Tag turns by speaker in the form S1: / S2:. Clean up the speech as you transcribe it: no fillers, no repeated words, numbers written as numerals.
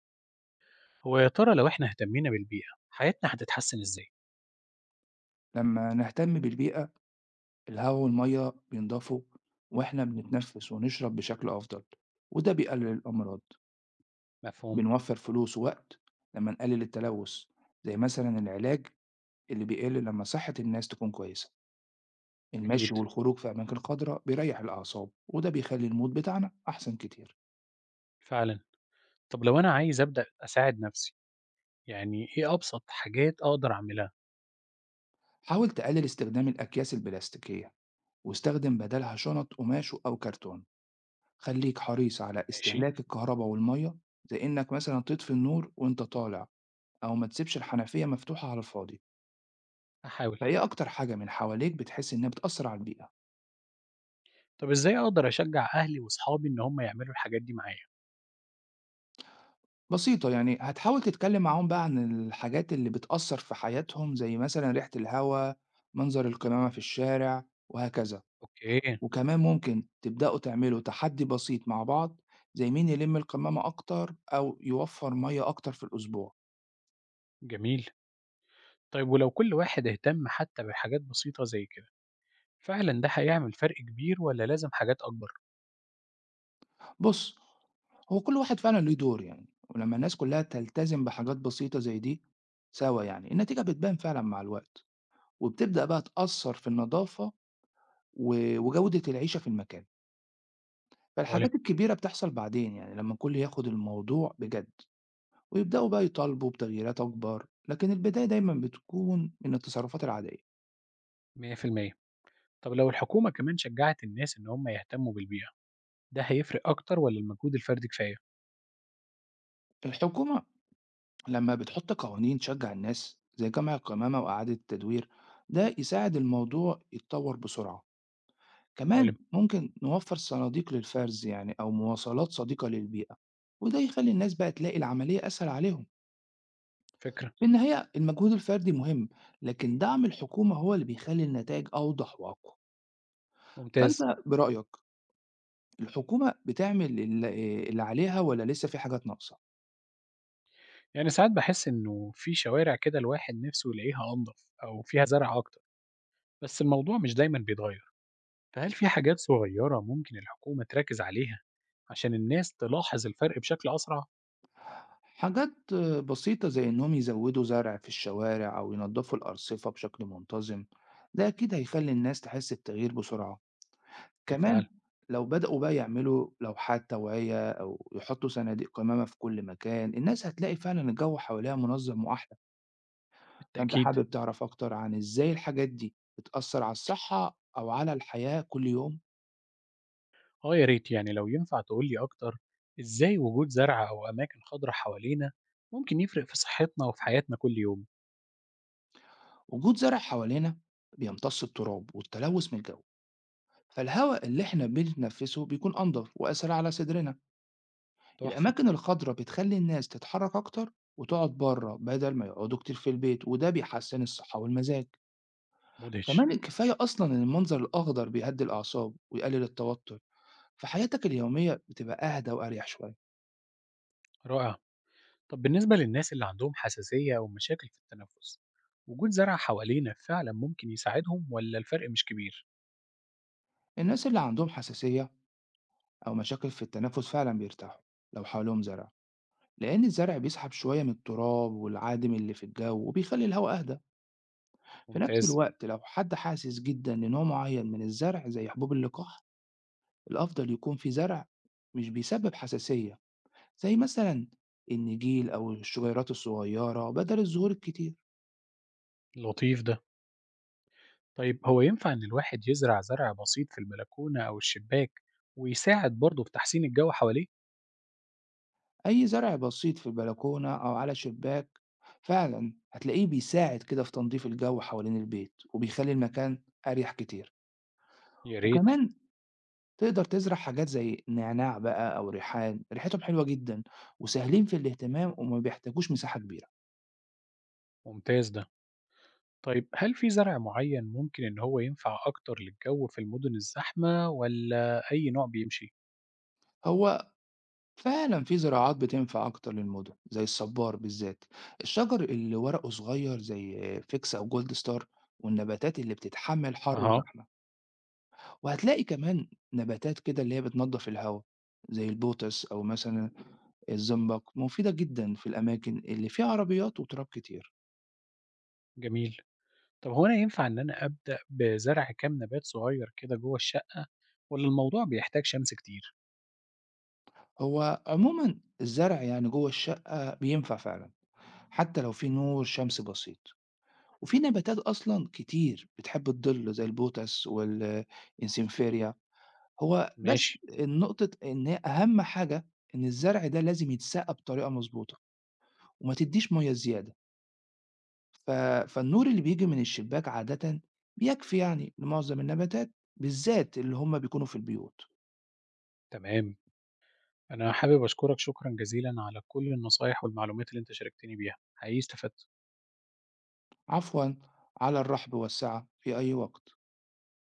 S1: هو يا ترى لو احنا اهتمينا بالبيئة حياتنا هتتحسن ازاي؟
S2: لما نهتم بالبيئة الهواء والمية بينضفوا، وإحنا بنتنفس ونشرب بشكل أفضل، وده بيقلل الأمراض.
S1: مفهوم.
S2: بنوفر فلوس ووقت لما نقلل التلوث، زي مثلا العلاج اللي بيقل لما صحة الناس تكون كويسة. المشي
S1: أكيد.
S2: والخروج في أماكن خضراء بيريح الأعصاب، وده بيخلي المود بتاعنا أحسن كتير.
S1: فعلا. طب لو أنا عايز أبدأ أساعد نفسي، يعني إيه أبسط حاجات أقدر أعملها؟
S2: حاول تقلل استخدام الأكياس البلاستيكية، واستخدم بدلها شنط قماش أو كرتون. خليك حريص على
S1: ماشي.
S2: استهلاك الكهرباء والمية، زي إنك مثلا تطفي النور وإنت طالع، أو ما تسيبش الحنفية مفتوحة على الفاضي.
S1: أحاول.
S2: فإيه أكتر حاجة من حواليك بتحس إنها بتأثر على البيئة؟
S1: طب إزاي أقدر أشجع أهلي وأصحابي إن هم يعملوا الحاجات دي معايا؟
S2: بسيطة، يعني هتحاول تتكلم معاهم بقى عن الحاجات اللي بتأثر في حياتهم، زي مثلا ريحة الهواء، منظر القمامة في الشارع وهكذا.
S1: أوكي.
S2: وكمان ممكن تبدأوا تعملوا تحدي بسيط مع بعض، زي مين يلم القمامة أكتر أو يوفر مية أكتر في الأسبوع.
S1: جميل. طيب ولو كل واحد اهتم حتى بحاجات بسيطة زي كده، فعلا ده هيعمل فرق كبير ولا لازم حاجات أكبر؟
S2: بص، هو كل واحد فعلا ليه دور يعني، ولما الناس كلها تلتزم بحاجات بسيطة زي دي سوا، يعني النتيجة بتبان فعلا مع الوقت، وبتبدأ بقى تأثّر في النضافة وجودة العيشة في المكان.
S1: عالم.
S2: فالحاجات الكبيرة بتحصل بعدين، يعني لمّا الكل ياخد الموضوع بجد ويبدأوا بقى يطالبوا بتغييرات أكبر، لكن البداية دايمًا بتكون من التصرفات العادية.
S1: 100%. طب لو الحكومة كمان شجعت الناس إن هم يهتموا بالبيئة، ده هيفرق أكتر ولا المجهود الفردي كفاية؟
S2: الحكومة لمّا بتحط قوانين تشجّع الناس زي جمع القمامة وإعادة التدوير، ده يساعد الموضوع يتطوّر بسرعة. كمان
S1: عالم.
S2: ممكن نوفّر صناديق للفرز يعني أو مواصلات صديقة للبيئة، وده يخلّي الناس بقى تلاقي العملية أسهل عليهم.
S1: فكرة،
S2: في النهاية المجهود الفردي مهم، لكن دعم الحكومة هو اللي بيخلي النتائج أوضح وأقوى. فأنت
S1: ممتاز.
S2: برأيك الحكومة بتعمل اللي عليها ولا لسه في حاجات ناقصة؟
S1: يعني ساعات باحس إنه في شوارع كده الواحد نِفْسه يلاقيها أنضف أو فيها زرع أكتر، بس الموضوع مش دايمًا بيتغيّر، فهل في حاجات صغيّرة ممكن الحكومة تركّز عليها عشان الناس تلاحظ الفرق بشكل أسرع؟
S2: حاجات بسيطة زي إنهم يزودوا زرع في الشوارع أو ينظفوا الأرصفة بشكل منتظم، ده أكيد هيخلي الناس تحس التغيير بسرعة. كمان
S1: بالفعل،
S2: لو بدأوا بقى يعملوا لوحات توعية أو يحطوا صناديق قمامة في كل مكان، الناس هتلاقي فعلا الجو حواليها منظم وأحلى. فأنت
S1: بالتأكيد.
S2: حابب تعرف أكتر عن إزاي الحاجات دي بتأثّر على الصحّة أو على الحياة كل يوم.
S1: آه يا ريت يعني لو ينفع تقول لي أكتر إزاي وجود زرع أو أماكن خضرا حوالينا ممكن يفرق في صحّتنا وفي حياتنا كل يوم؟
S2: وجود زرع حوالينا بيمتص التراب والتلوث من الجو، فالهواء اللي إحنا بنتنفّسه بيكون أنضف وأسهل على صدرنا.
S1: تحفة،
S2: الأماكن الخضرا بتخلّي الناس تتحرّك أكتر وتقعد برّه بدل ما يقعدوا كتير في البيت، وده بيحسّن الصحّة والمزاج.
S1: مدهش،
S2: كمان الكفاية أصلًا إن المنظر الأخضر بيهدّي الأعصاب ويقلل التوتر، فحياتك اليومية بتبقى أهدى وأريح شوية.
S1: رائع. طب بالنسبة للناس اللي عندهم حساسية أو مشاكل في التنفس، وجود زرع حوالينا فعلا ممكن يساعدهم ولا الفرق مش كبير؟
S2: الناس اللي عندهم حساسية أو مشاكل في التنفس فعلا بيرتاحوا لو حواليهم زرع، لأن الزرع بيسحب شوية من التراب والعادم اللي في الجو وبيخلي الهواء أهدى. في نفس
S1: ممتاز.
S2: الوقت لو حد حاسس جدا لنوع معين من الزرع زي حبوب اللقاح، الأفضل يكون في زرع مش بيسبب حساسية، زي مثلا النجيل أو الشجيرات الصغيرة بدل الزهور الكتير.
S1: لطيف ده. طيب هو ينفع إن الواحد يزرع زرع بسيط في البلكونة أو الشباك ويساعد برضه في تحسين الجو حواليه؟
S2: أي زرع بسيط في البلكونة أو على شباك فعلا هتلاقيه بيساعد كده في تنظيف الجو حوالين البيت وبيخلي المكان أريح كتير.
S1: يا ريت.
S2: وكمان تقدر تزرع حاجات زي نعناع بقى أو ريحان، ريحتهم حلوة جدًا وسهلين في الاهتمام وما بيحتاجوش مساحة كبيرة.
S1: ممتاز ده. طيب هل في زرع معين ممكن إن هو ينفع أكتر للجو في المدن الزحمة ولا أي نوع بيمشي؟
S2: هو فعلًا في زراعات بتنفع أكتر للمدن زي الصبار بالذات، الشجر اللي ورقه صغير زي فيكس أو جولد ستار والنباتات اللي بتتحمل حر
S1: أها.
S2: وزحمة. وهتلاقي كمان نباتات كده اللي هي بتنضف الهواء زي البوتس أو مثلًا الزنبق مفيدة جدًا في الأماكن اللي فيها عربيات وتراب كتير.
S1: جميل. طب هو أنا ينفع إن أنا أبدأ بزرع كام نبات صغير كده جوه الشقة، والّا الموضوع بيحتاج شمس كتير؟
S2: هو عمومًا الزرع يعني جوّه الشقة بينفع فعلًا، حتى لو في نور شمس بسيط، وفي نباتات أصلًا كتير بتحب الضل زي البوتس والإنسيمفيريا. هو
S1: ماشي،
S2: بس النقطة إن هي أهم حاجة إن الزرع ده لازم يتسقى بطريقة مضبوطة، وما تدّيش مَيّة زيادة، ف فالنور اللي بييجي من الشباك عادةً بيكفي يعني لمعظم النباتات، بالذات اللي هم بيكونوا في البيوت.
S1: تمام، أنا حابب أشكرك شكرًا جزيلًا على كل النصايح والمعلومات اللي أنت شاركتني بيها، حقيقي استفدت.
S2: عفوًا، على الرحب والسعة في أي وقت.